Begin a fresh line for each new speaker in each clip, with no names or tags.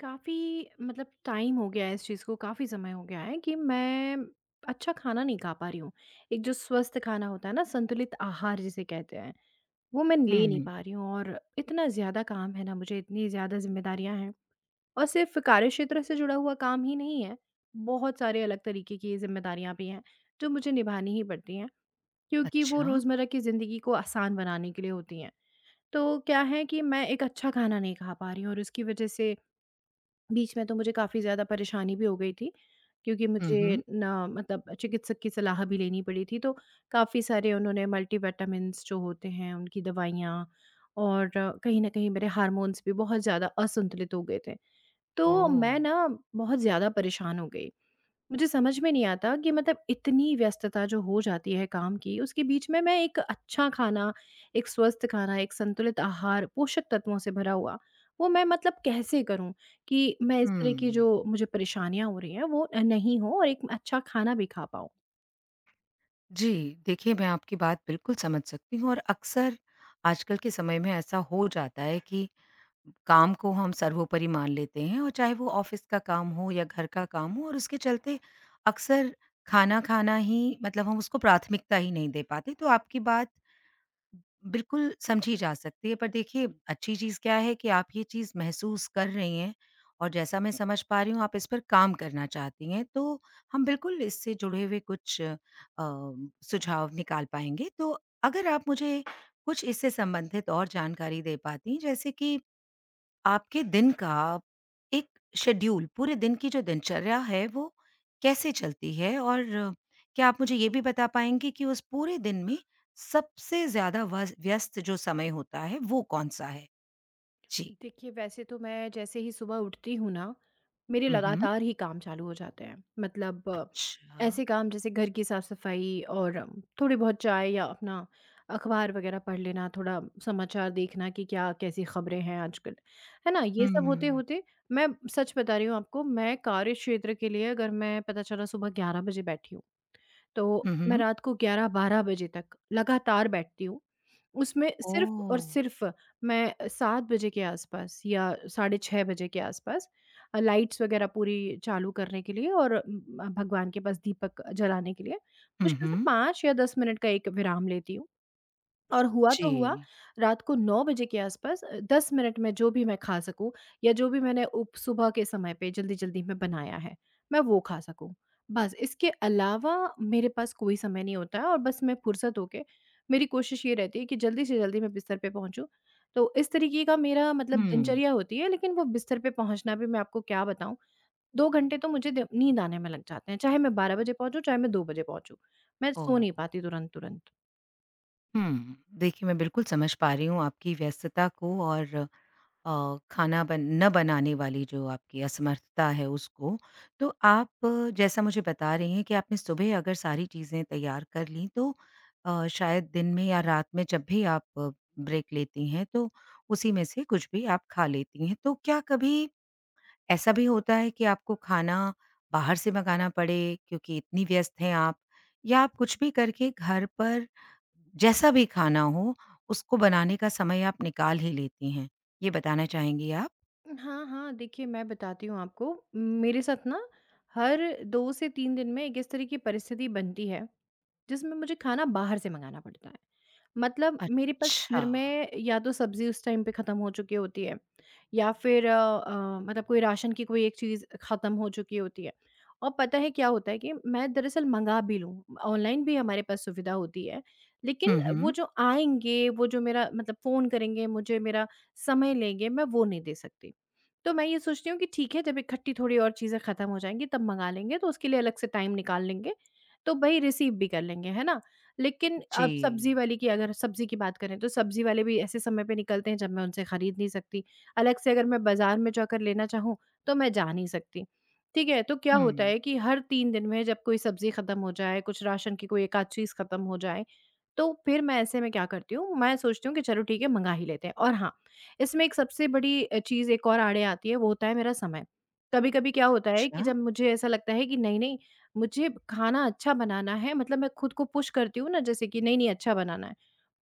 काफ़ी मतलब टाइम हो गया है इस चीज़ को, काफ़ी समय हो गया है कि मैं अच्छा खाना नहीं खा पा रही हूँ। एक जो स्वस्थ खाना होता है ना, संतुलित आहार जिसे कहते हैं, वो मैं
हुँ,
ले नहीं पा
हुँ।
रही हूँ और इतना ज़्यादा काम है ना मुझे, इतनी ज़्यादा ज़िम्मेदारियाँ हैं और सिर्फ़ कार्यक्षेत्र से जुड़ा हुआ काम ही नहीं है, बहुत सारे अलग तरीके की ज़िम्मेदारियाँ भी हैं, जो मुझे निभानी ही पड़ती हैं, क्योंकि वो
अच्छा।
रोज़मर्रा की ज़िंदगी को आसान बनाने के लिए होती हैं। तो क्या है कि मैं एक अच्छा खाना नहीं खा पा रही हूँ और उसकी वज़ह से बीच में तो मुझे काफ़ी ज़्यादा परेशानी भी हो गई थी, क्योंकि
हुँ, हुँ।
मुझे ना मतलब चिकित्सक की सलाह भी लेनी पड़ी थी, तो काफ़ी सारे उन्होंने मल्टीविटामिन्स जो होते हैं, उनकी दवाइयाँ और कहीं न कहीं मेरे हार्मोन्स भी बहुत ज़्यादा असंतुलित हो गए थे। तो
ओह!
मैं ना बहुत ज़्यादा परेशान हो गई। मुझे समझ में नहीं आता कि मतलब इतनी व्यस्तता जो हो जाती है काम की, उसके बीच में मैं एक अच्छा खाना, एक स्वस्थ खाना, एक संतुलित आहार, पोषक तत्वों से भरा हुआ, वो मैं मतलब कैसे करूँ कि मैं इस तरह की
हुँ।
जो मुझे परेशानियाँ हो रही हैं, वो नहीं हो और एक अच्छा खाना भी खा पाऊँ?
जी, देखिए मैं आपकी बात बिल्कुल समझ सकती हूँ और अक्सर आजकल के समय में ऐसा हो जाता है कि काम को हम सर्वोपरि मान लेते हैं और चाहे वो ऑफ़िस का काम हो या घर का काम हो, और उसके चलते अक्सर खाना खाना ही, मतलब हम उसको प्राथमिकता ही नहीं दे पाते। तो आपकी बात बिल्कुल समझी जा सकती है, पर देखिए अच्छी चीज़ क्या है कि आप ये चीज़ महसूस कर रही हैं, और जैसा मैं समझ पा रही हूँ आप इस पर काम करना चाहती हैं, तो हम बिल्कुल इससे जुड़े हुए कुछ सुझाव निकाल पाएँगे। तो अगर आप मुझे कुछ इससे संबंधित और जानकारी दे पातीं, जैसे कि आपके दिन का एक शेड्यूल, पूरे दिन की जो दिनचर्या है वो कैसे चलती है? और क्या आप मुझे ये भी बता पाएँगे कि उस पूरे दिन में सबसे ज़्यादा वस व्यस्त जो समय होता है वो कौन-सा है? जी।
देखिए, वैसे तो मैं जैसे ही सुबह उठती हूँ ना, मेरे
हुँ, हुँ।
लगातार ही काम चालू हो जाते हैं। मतलब
अच्छा।
ऐसे काम जैसे घर की साफ-सफाई और थोड़ी बहुत चाय या अपना अखबार वगैरह पढ़ लेना, थोड़ा समाचार देखना कि क्या कैसी खबरें हैं आजकल, है ना? ये सब
हुँ।
होते-होते मैं सच बता रही हूँ आपको, मैं कार्यक्षेत्र के लिए अगर मैं पता चला सुबह 11 बजे बैठी हूँ तो
हुँ,
मैं
हुँ।
रात को 11-12 बजे तक लगातार बैठती हूँ। उसमें सिर्फ़ और
ओह!
सिर्फ़ मैं 7 बजे के आसपास या साढ़े 6 बजे के आसपास लाइट्स वग़ैरह पूरी चालू करने के लिए और भगवान के पास दीपक जलाने के लिए
हुँ,
मुश्किल से
हुँ।
5 या 10 मिनट का एक विराम लेती हूँ। और हुआ तो हुआ,
जी।
रात को 9 बजे के आस-पास 10 मिनट में जो भी मैं खा सकूँ या जो भी मैंने उप सुबह के समय पे जल्दी-जल्दी में बनाया है, मैं वो खा सकूँ। बस इसके अलावा मेरे पास कोई समय नहीं होता है और बस मैं फुर्सत होके मेरी कोशिश ये रहती है कि जल्दी से जल्दी मैं बिस्तर पे पहुँचूँ। तो इस तरीके का मेरा मतलब
हुँ।
दिनचर्या होती है, लेकिन वो बिस्तर पे पहुँचना भी मैं आपको क्या बताऊँ, 2 घंटे तो मुझे द नींद आने में लग जाते हैं, चाहे मैं 12 बजे पहुँचूँ, चाहे मैं 2 बजे पहुँचूँ। मैं सो नहीं
ओह!
पाती तुरंत-तुरंत।
हुँ। देखिए, मैं बिल्कुल समझ पा रही हूँ आपकी व्यस्तता को, और खाना बन न बनाने वाली जो आपकी असमर्थता है, उसको। तो आप जैसा मुझे बता रही हैं कि आपने सुबह अगर सारी चीज़ें तैयार कर लीं, तो शायद दिन में या रात में जब भी आप ब्रेक लेती हैं, तो उसी में से कुछ भी आप खा लेती हैं। तो क्या कभी ऐसा भी होता है कि आपको खाना बाहर से मंगाना पड़े, क्योंकि इतनी व्यस्त हैं आप, या आप कुछ भी करके घर पर, जैसा भी खाना हो, उसको बनाने का समय आप निकाल ही लेती हैं? ये बताना चाहेंगी आप?
हाँ, हाँ, देखिए मैं बताती हूँ आपको। मेरे साथ ना हर 2 से 3 दिन में एक इस तरह की परिस्थिति बनती है, जिसमें मुझे खाना बाहर से मँगाना पड़ता है। मतलब मेरे पास
अच्छा।
घर में या तो सब्ज़ी उस टाइम पे ख़त्म हो चुकी होती है या फिर मतलब कोई राशन की कोई एक चीज़ ख़त्म हो चुकी होती है। और पता है क्या होता है कि मैं दरअसल मँगा भी लूँ, ऑनलाइन भी हमारे पास सुविधा होती है,
हुँ,
लेकिन वो
हुँ।
जो आएँगे, वो जो मेरा मतलब फ़ोन करेंगे, मुझे मेरा समय लेंगे, मैं वो नहीं दे सकती। तो मैं ये सोचती हूँ कि ठीक है, जब इकट्ठी थोड़ी और चीज़ें ख़त्म हो जाएँगी तब मँगा लेंगे, तो उसके लिए अलग से टाइम निकाल लेंगे, तो भई रिसीव भी कर लेंगे, है ना? लेकिन
जी।
अब सब्ज़ी वाली की अगर सब्ज़ी की बात करें, तो सब्ज़ी वाले भी ऐसे समय पे निकलते हैं जब मैं उनसे खरीद नहीं सकती। अलग से अगर मैं बाज़ार में जाकर लेना चाहूँ, तो मैं जा नहीं सकती। ठीक है? तो क्या होता
हुँ।
है कि हर 3 दिन में जब कोई सब्ज़ी खत्म हो जाए, कुछ राशन की कोई एक-आध चीज़ खत्म हो जाए, तो फिर मैं ऐसे में क्या करती हूँ, मैं सोचती हूँ कि चलो ठीक है मँगा ही लेते हैं। और हाँ, इसमें एक सबसे बड़ी चीज़ एक और आड़े आती है, वो होता है मेरा समय। कभी-कभी क्या होता है कि
अच्छा।
जब मुझे ऐसा लगता है कि नहीं-नहीं मुझे खाना अच्छा बनाना है मतलब मैं खुद को पुश करती हूँ ना जैसे कि नहीं, नहीं अच्छा बनाना है,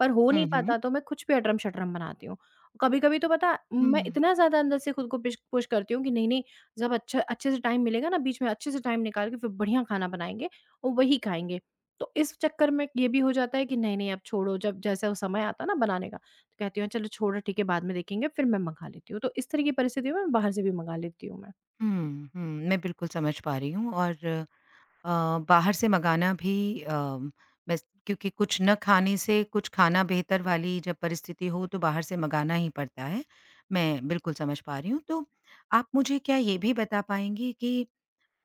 पर हो
हुँ,
नहीं
हुँ।
पाता तो मैं कुछ भी अटरम-शटरम बनाती हूँ। कभी-कभी तो पता मैं
हुँ,
इतना ज़्यादा अंदर से खुद को पिश पुश करती हूँ कि नहीं, नहीं जब अच्छे से टाइम मिलेगा ना बीच में अच्छे से टाइम निकाल के फिर बढ़िया खाना बनाएँगे और वही खाएँगे। तो इस चक्कर में ये भी हो जाता है कि नहीं, नहीं अब छोड़ो जब जैसा वो समय आता है ना बनाने का, तो कहती हूँ चलो छोड़ो ठीक है बाद में देखेंगे फिर मैं मँगा लेती हूँ। तो इस तरह की परिस्थितियों में बाहर से भी मँगा लेती हूँ मैं।
हुँ, हुँ। मैं बिल्कुल समझ पा रही हूँ, और अ, बाहर से मंगाना भी, अ, बस क्योंकि कुछ न खाने से कुछ खाना बेहतर वाली जब परिस्थिति हो तो बाहर से मंगाना ही पड़ता है। मैं बिल्कुल समझ पा रही हूँ। तो आप मुझे क्या ये भी बता पाएँगी कि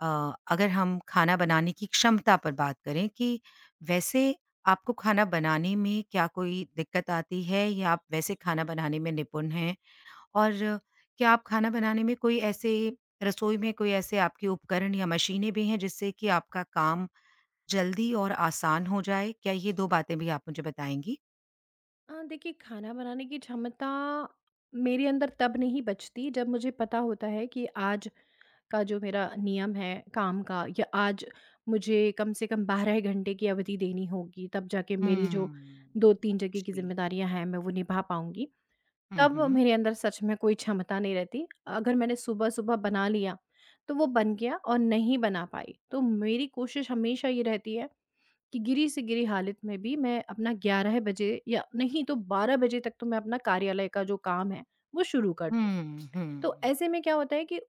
अ, अगर हम खाना बनाने की क्षमता पर बात करें, कि वैसे आपको खाना बनाने में क्या कोई दिक्कत आती है, या आप वैसे खाना बनाने में निपुण हैं? और क्या आप खाना बनाने में कोई ऐसे, रसोई में कोई ऐसे आपके उपकरण या मशीनें भी हैं, जिससे कि आपका काम जल्दी और आसान हो जाए? क्या ये 2 बातें भी आप मुझे बताएँगी?
देखिए खाना बनाने की क्षमता मेरे अंदर तब नहीं बचती जब मुझे पता होता है कि आज का जो मेरा नियम है काम का या आज मुझे कम से कम 12 घंटे की अवधि देनी होगी तब जाके मेरी जो
हुँ।
दो तीन जगह की
जी।
जिम्मेदारियां हैं मैं वो निभा पाऊंगी
हुँ,
तब
हुँ।
मेरे अंदर सच में कोई क्षमता नहीं रहती अगर मैंने सुबह सुबह बना लिया तो वो बन गया और नहीं बना पाई तो मेरी कोशिश हमेशा ये रहती है कि गिरी से गिरी हालत में भी मैं अपना 11 बजे या नहीं तो 12 बजे तक तो मैं अपना कार्यालय का जो काम है, वो शुरू कर दूँ।
हुँ,
तो
हुँ।
ऐसे में क्या होता है कि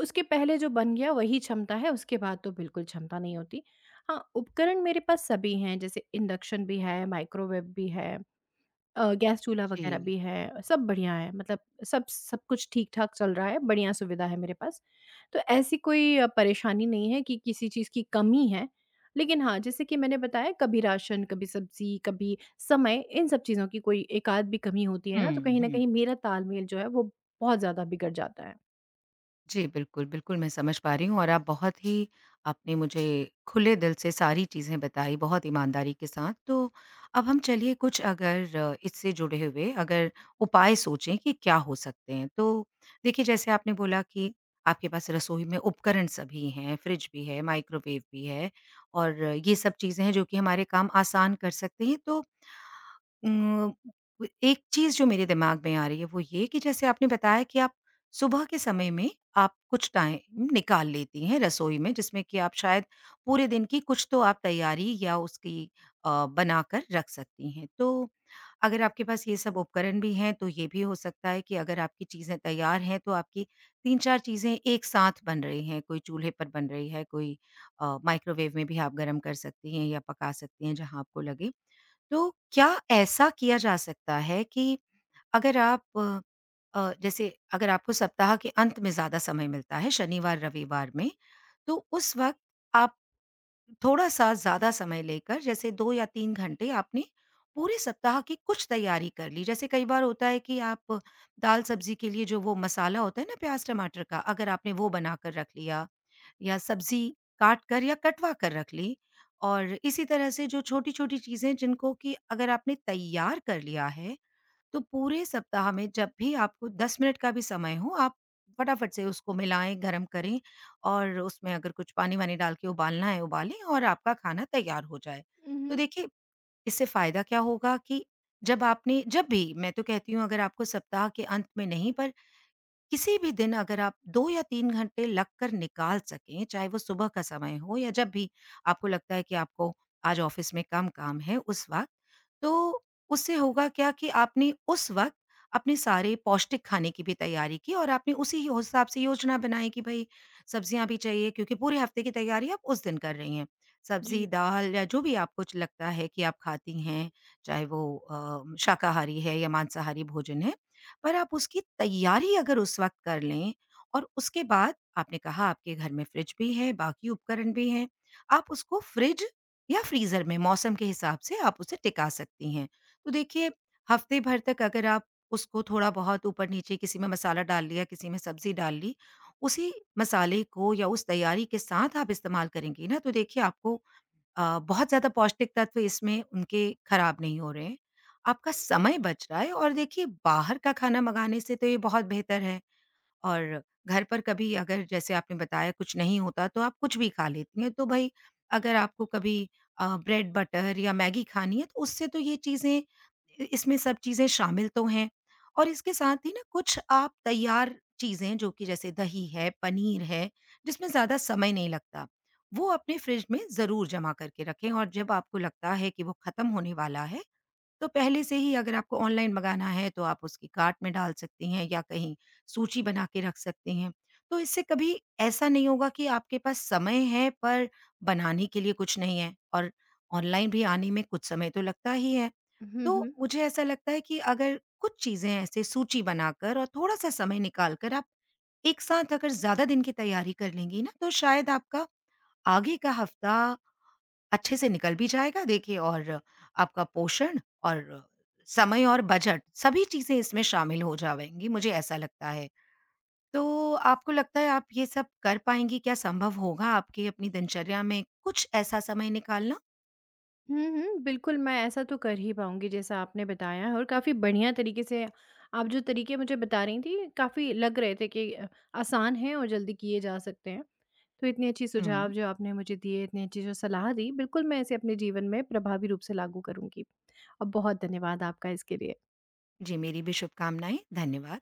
उसके पहले जो बन गया वही क्षमता है, उसके बाद तो बिल्कुल क्षमता नहीं होती। हाँ, उपकरण मेरे पास सभी हैं, जैसे इंडक्शन भी है, माइक्रोवेव भी है गैस चूल्हा
जी।
वग़ैरह भी है, सब बढ़िया है मतलब सब सब कुछ ठीक-ठाक चल रहा है, बढ़िया सुविधा है मेरे पास। तो ऐसी कोई परेशानी नहीं है कि किसी चीज़ की कमी है। लेकिन हाँ, जैसे कि मैंने बताया कभी राशन, कभी सब्ज़ी, कभी समय, इन सब चीज़ों की कोई एक आध भी कमी होती है ना, तो
हुँ,
कहीं न
हुँ।
कहीं मेरा तालमेल जो है वो बहुत ज़्यादा बिगड़ जाता है।
जी, बिल्कुल, बिल्कुल, मैं समझ पा रही हूँ, और आप बहुत ही, आपने मुझे खुले दिल से सारी चीज़ें बताई, बहुत ईमानदारी के साथ। तो अब हम चलिए कुछ, अगर इससे जुड़े हुए अगर उपाय सोचें कि क्या हो सकते हैं। तो देखिए, जैसे आपने बोला कि आपके पास रसोई में उपकरण सभी हैं, फ्रिज भी है, माइक्रोवेव भी है, और ये सब चीज़ें हैं जो कि हमारे काम आसान कर सकते हैं। तो उम, व एक चीज़ जो मेरे दिमाग में आ रही है वो ये कि जैसे आपने बताया कि आप सुबह के समय में आप कुछ टाइम निकाल लेती हैं रसोई में, जिसमें कि आप शायद पूरे दिन की कुछ तो आप तैयारी या उसकी बनाकर रख सकती हैं। तो अगर आपके पास ये सब उपकरण भी हैं, तो ये भी हो सकता है कि अगर आपकी चीज़ें तैयार हैं तो आपकी 3-4 चीज़ें एक साथ बन रही हैं, कोई चूल्हे पर बन रही है, कोई माइक्रोवेव में भी आप गरम कर सकती हैं या पका सकती हैं, जहाँ आपको लगे। तो क्या ऐसा किया जा सकता है कि अगर आप जैसे, अगर आपको सप्ताह के अंत में ज़्यादा समय मिलता है, शनिवार-रविवार में, तो उस वक़्त आप थोड़ा-सा ज़्यादा समय लेकर, जैसे 2 या 3 घंटे, आपने पूरे सप्ताह की कुछ तैयारी कर ली। जैसे कई बार होता है कि आप दाल-सब्ज़ी के लिए जो वो मसाला होता है ना, प्याज़-टमाटर का, अगर आपने वो बनाकर रख लिया, या सब्ज़ी काट कर या कटवा कर रख ली, और इसी तरह से जो छोटी-छोटी चीज़ें, जिनको कि अगर आपने तैयार कर लिया है, तो पूरे सप्ताह में जब भी आपको 10 मिनट का भी समय हो, आप फटाफट से उसको मिलाएँ, गरम करें, और उसमें अगर कुछ पानी-वानी डाल के उबालना है, उबालें, और आपका खाना तैयार हो जाए।
हुँ,
तो
हुँ।
देखिए, इससे फ़ायदा क्या होगा कि जब भी, मैं तो कहती हूँ, अगर आपको सप्ताह के अंत में नहीं, पर किसी भी दिन अगर आप 2 या 3 घंटे लगकर निकाल सकें, चाहे वो सुबह का समय हो या जब भी आपको लगता है कि आपको आज ऑफ़िस में कम काम है उस वक़्त, तो उससे होगा क्या कि आपने उस वक़्त अपने सारे पौष्टिक खाने की भी तैयारी की, और आपने उसी ही हिसाब से योजना बनाई कि भई सब्जियाँ भी चाहिए, क्योंकि पूरे हफ़्ते की तैयारी आप उस दिन कर रही हैं।
जी।
सब्ज़ी, दाल या जो भी आपको च लगता है कि आप खाती हैं, चाहे वो शाकाहारी है या मांसाहारी भोजन है, पर आप उसकी तैयारी अगर उस वक़्त कर लें, और उसके बाद, आपने कहा आपके घर में फ्रिज भी है, बाकी उपकरण भी हैं, आप उसको फ्रिज या फ्रीज़र में मौसम के हिसाब से आप उसे टिका सकती हैं। तो देखिए, हफ़्ते भर तक अगर आप उसको थोड़ा-बहुत ऊपर-नीचे, किसी में मसाला डाल लिया, किसी में सब्ज़ी डाल ली, उसी मसाले को या उस तैयारी के साथ आप इस्तेमाल करेंगी ना, तो देखिए आपको बहुत ज़्यादा पौष्टिक तत्व, इसमें उनके ख़राब नहीं हो रहे हैं। आपका समय बच रहा है, और देखिए बाहर का खाना मँगाने से तो ये बहुत बेहतर है, और घर पर कभी अगर जैसे आपने बताया कुछ नहीं होता तो आप कुछ भी खा लेती हैं। तो भई, अगर आपको कभी ब्रेड बटर या मैगी खानी है, तो उससे तो ये चीज़ें इ इसमें सब चीज़ें शामिल तो हैं। और इसके साथ ही ना, कुछ आप तैयार चीज़ें जो कि जैसे दही है, पनीर है, जिसमें ज़्यादा समय नहीं लगता, वो अपने फ्रिज में ज़रूर जमा करके रखें, और जब आपको लगता है कि वो खत्म होने वाला है, तो पहले से ही अगर आपको ऑनलाइन मँगाना है तो आप उसकी कार्ट में डाल सकती हैं या कहीं सूची बना के रख सकती हैं। तो इससे कभी ऐसा नहीं होगा कि आपके पास समय है पर बनाने के लिए कुछ नहीं है, और ऑनलाइन भी आने में कुछ समय तो लगता ही है।
हुँ,
तो
हुँ।
मुझे ऐसा लगता है कि अगर कुछ चीज़ें ऐसे सूची बनाकर और थोड़ा-सा समय निकाल कर आप एक साथ अगर ज़्यादा दिन की तैयारी कर लेंगी ना, तो शायद आपका आगे का हफ्ता अच्छे से निकल भी जाएगा देखिए, और आपका पोषण और समय और बजट, सभी चीज़ें इसमें शामिल हो जाएँगी, मुझे ऐसा लगता है। तो आपको लगता है आप ये सब कर पाएँगी? क्या संभव होगा आपकी अपनी दिनचर्या में कुछ ऐसा समय निकालना?
हुँ, हुँ। बिल्कुल, मैं ऐसा तो कर ही पाऊँगी जैसा आपने बताया है और काफ़ी बढ़िया तरीके से आप जो तरीके मुझे बता रही थीं काफ़ी लग रहे थे कि आसान हैं और जल्दी किए जा सकते हैं। तो इतनी अच्छी सुझाव
हुँ,
जो आपने मुझे दिए, इतनी अच्छी जो सलाह दी, बिल्कुल मैं इसे अपने जीवन में प्रभावी रूप से लागू करूँगी। और बहुत धन्यवाद आपका इसके लिए।
जी मेरी भी शुभकामनाएँ, धन्यवाद।